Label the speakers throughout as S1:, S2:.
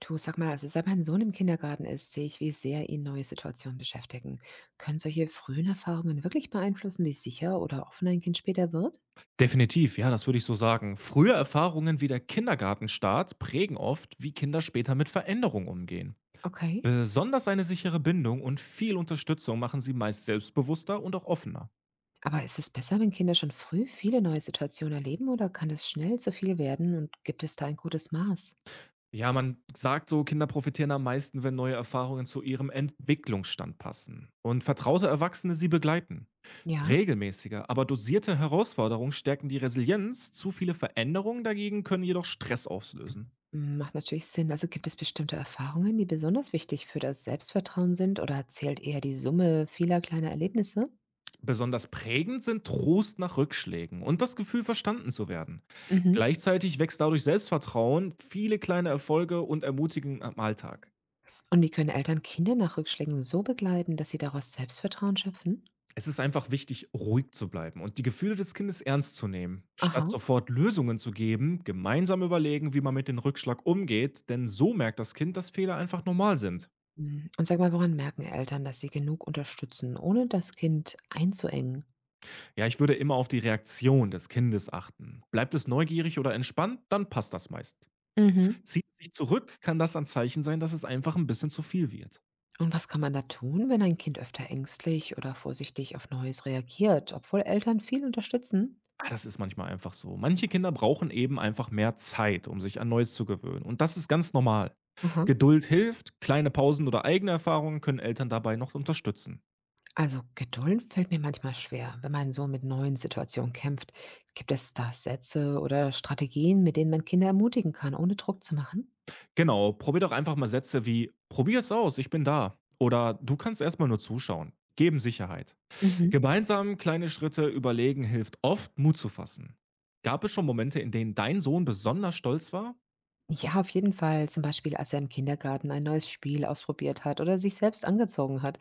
S1: Du, sag mal, also seit mein Sohn im Kindergarten ist, sehe ich, wie sehr ihn neue Situationen beschäftigen. Können solche frühen Erfahrungen wirklich beeinflussen, wie sicher oder offen ein Kind später wird?
S2: Definitiv, ja, das würde ich so sagen. Frühe Erfahrungen wie der Kindergartenstart prägen oft, wie Kinder später mit Veränderungen umgehen.
S1: Okay.
S2: Besonders eine sichere Bindung und viel Unterstützung machen sie meist selbstbewusster und auch offener.
S1: Aber ist es besser, wenn Kinder schon früh viele neue Situationen erleben, oder kann es schnell zu viel werden, und gibt es da ein gutes Maß?
S2: Ja, man sagt so, Kinder profitieren am meisten, wenn neue Erfahrungen zu ihrem Entwicklungsstand passen und vertraute Erwachsene sie begleiten.
S1: Ja,
S2: Regelmäßige, aber dosierte Herausforderungen stärken die Resilienz, zu viele Veränderungen dagegen können jedoch Stress auslösen.
S1: macht natürlich Sinn. Also gibt es bestimmte Erfahrungen, die besonders wichtig für das Selbstvertrauen sind, oder zählt eher die Summe vieler kleiner Erlebnisse?
S2: Besonders prägend sind Trost nach Rückschlägen und das Gefühl, verstanden zu werden.
S1: Mhm.
S2: Gleichzeitig wächst dadurch Selbstvertrauen, viele kleine Erfolge und Ermutigen am Alltag.
S1: Und wie können Eltern Kinder nach Rückschlägen so begleiten, dass sie daraus Selbstvertrauen schöpfen?
S2: Es ist einfach wichtig, ruhig zu bleiben und die Gefühle des Kindes ernst zu nehmen. Statt
S1: Aha.
S2: sofort Lösungen zu geben, gemeinsam überlegen, wie man mit dem Rückschlag umgeht, denn so merkt das Kind, dass Fehler einfach normal sind.
S1: Mhm. Und sag mal, woran merken Eltern, dass sie genug unterstützen, ohne das Kind einzuengen?
S2: Ja, ich würde immer auf die Reaktion des Kindes achten. Bleibt es neugierig oder entspannt, dann passt das meist.
S1: Mhm.
S2: Zieht es sich zurück, kann das ein Zeichen sein, dass es einfach ein bisschen zu viel wird.
S1: Und was kann man da tun, wenn ein Kind öfter ängstlich oder vorsichtig auf Neues reagiert, obwohl Eltern viel unterstützen?
S2: Das ist manchmal einfach so. Manche Kinder brauchen eben einfach mehr Zeit, um sich an Neues zu gewöhnen, und das ist ganz normal.
S1: Aha.
S2: Geduld hilft, kleine Pausen oder eigene Erfahrungen können Eltern dabei noch unterstützen.
S1: Also Geduld fällt mir manchmal schwer, wenn mein Sohn mit neuen Situationen kämpft. Gibt es da Sätze oder Strategien, mit denen man Kinder ermutigen kann, ohne Druck zu machen?
S2: Genau, probier doch einfach mal Sätze wie: „Probier's aus, ich bin da“ oder „Du kannst erst mal nur zuschauen“, geben Sicherheit.
S1: Mhm.
S2: Gemeinsam kleine Schritte überlegen hilft oft, Mut zu fassen. Gab es schon Momente, in denen dein Sohn besonders stolz war?
S1: Ja, auf jeden Fall. Zum Beispiel, als er im Kindergarten ein neues Spiel ausprobiert hat oder sich selbst angezogen hat.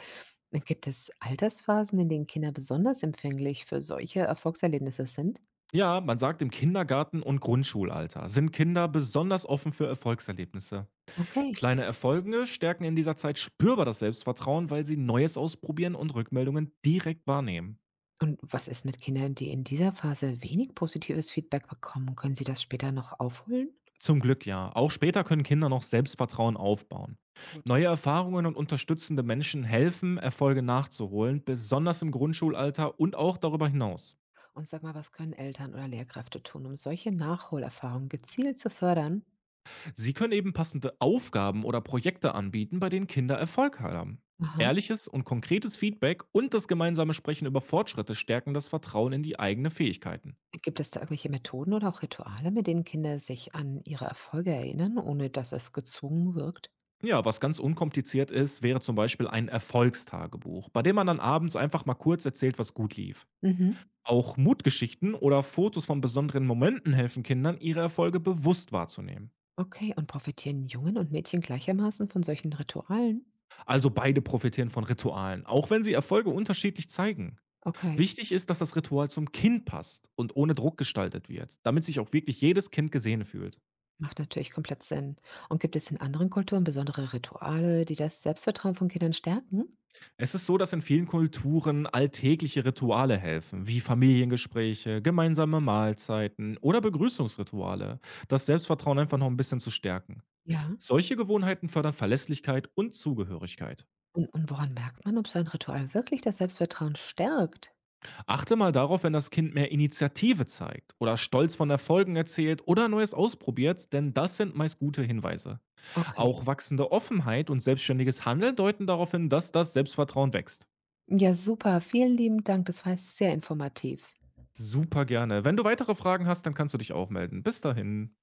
S1: Gibt es Altersphasen, in denen Kinder besonders empfänglich für solche Erfolgserlebnisse sind?
S2: Ja, man sagt im Kindergarten und Grundschulalter sind Kinder besonders offen für Erfolgserlebnisse.
S1: Okay.
S2: Kleine Erfolge stärken in dieser Zeit spürbar das Selbstvertrauen, weil sie Neues ausprobieren und Rückmeldungen direkt wahrnehmen.
S1: Und was ist mit Kindern, die in dieser Phase wenig positives Feedback bekommen? Können sie das später noch aufholen?
S2: Zum Glück ja. Auch später können Kinder noch Selbstvertrauen aufbauen.
S1: Gut.
S2: Neue Erfahrungen und unterstützende Menschen helfen, Erfolge nachzuholen, besonders im Grundschulalter und auch darüber hinaus.
S1: Und sag mal, was können Eltern oder Lehrkräfte tun, um solche Nachholerfahrungen gezielt zu fördern?
S2: Sie können eben passende Aufgaben oder Projekte anbieten, bei denen Kinder Erfolg haben.
S1: Aha.
S2: Ehrliches und konkretes Feedback und das gemeinsame Sprechen über Fortschritte stärken das Vertrauen in die eigenen Fähigkeiten.
S1: Gibt es da irgendwelche Methoden oder auch Rituale, mit denen Kinder sich an ihre Erfolge erinnern, ohne dass es gezwungen wirkt?
S2: Ja, was ganz unkompliziert ist, wäre zum Beispiel ein Erfolgstagebuch, bei dem man dann abends einfach mal kurz erzählt, was gut lief.
S1: Mhm.
S2: Auch Mutgeschichten oder Fotos von besonderen Momenten helfen Kindern, ihre Erfolge bewusst wahrzunehmen.
S1: Okay, und profitieren Jungen und Mädchen gleichermaßen von solchen Ritualen?
S2: Also beide profitieren von Ritualen, auch wenn sie Erfolge unterschiedlich zeigen.
S1: Okay.
S2: Wichtig ist, dass das Ritual zum Kind passt und ohne Druck gestaltet wird, damit sich auch wirklich jedes Kind gesehen fühlt.
S1: Macht natürlich komplett Sinn. Und gibt es in anderen Kulturen besondere Rituale, die das Selbstvertrauen von Kindern stärken?
S2: Es ist so, dass in vielen Kulturen alltägliche Rituale helfen, wie Familiengespräche, gemeinsame Mahlzeiten oder Begrüßungsrituale, das Selbstvertrauen einfach noch ein bisschen zu stärken.
S1: Ja.
S2: Solche Gewohnheiten fördern Verlässlichkeit und Zugehörigkeit.
S1: Und woran merkt man, ob so ein Ritual wirklich das Selbstvertrauen stärkt?
S2: Achte mal darauf, wenn das Kind mehr Initiative zeigt oder stolz von Erfolgen erzählt oder Neues ausprobiert, denn das sind meist gute Hinweise.
S1: Okay.
S2: Auch wachsende Offenheit und selbstständiges Handeln deuten darauf hin, dass das Selbstvertrauen wächst.
S1: Ja, super. Vielen lieben Dank. Das war sehr informativ.
S2: Super gerne. Wenn du weitere Fragen hast, dann kannst du dich auch melden. Bis dahin.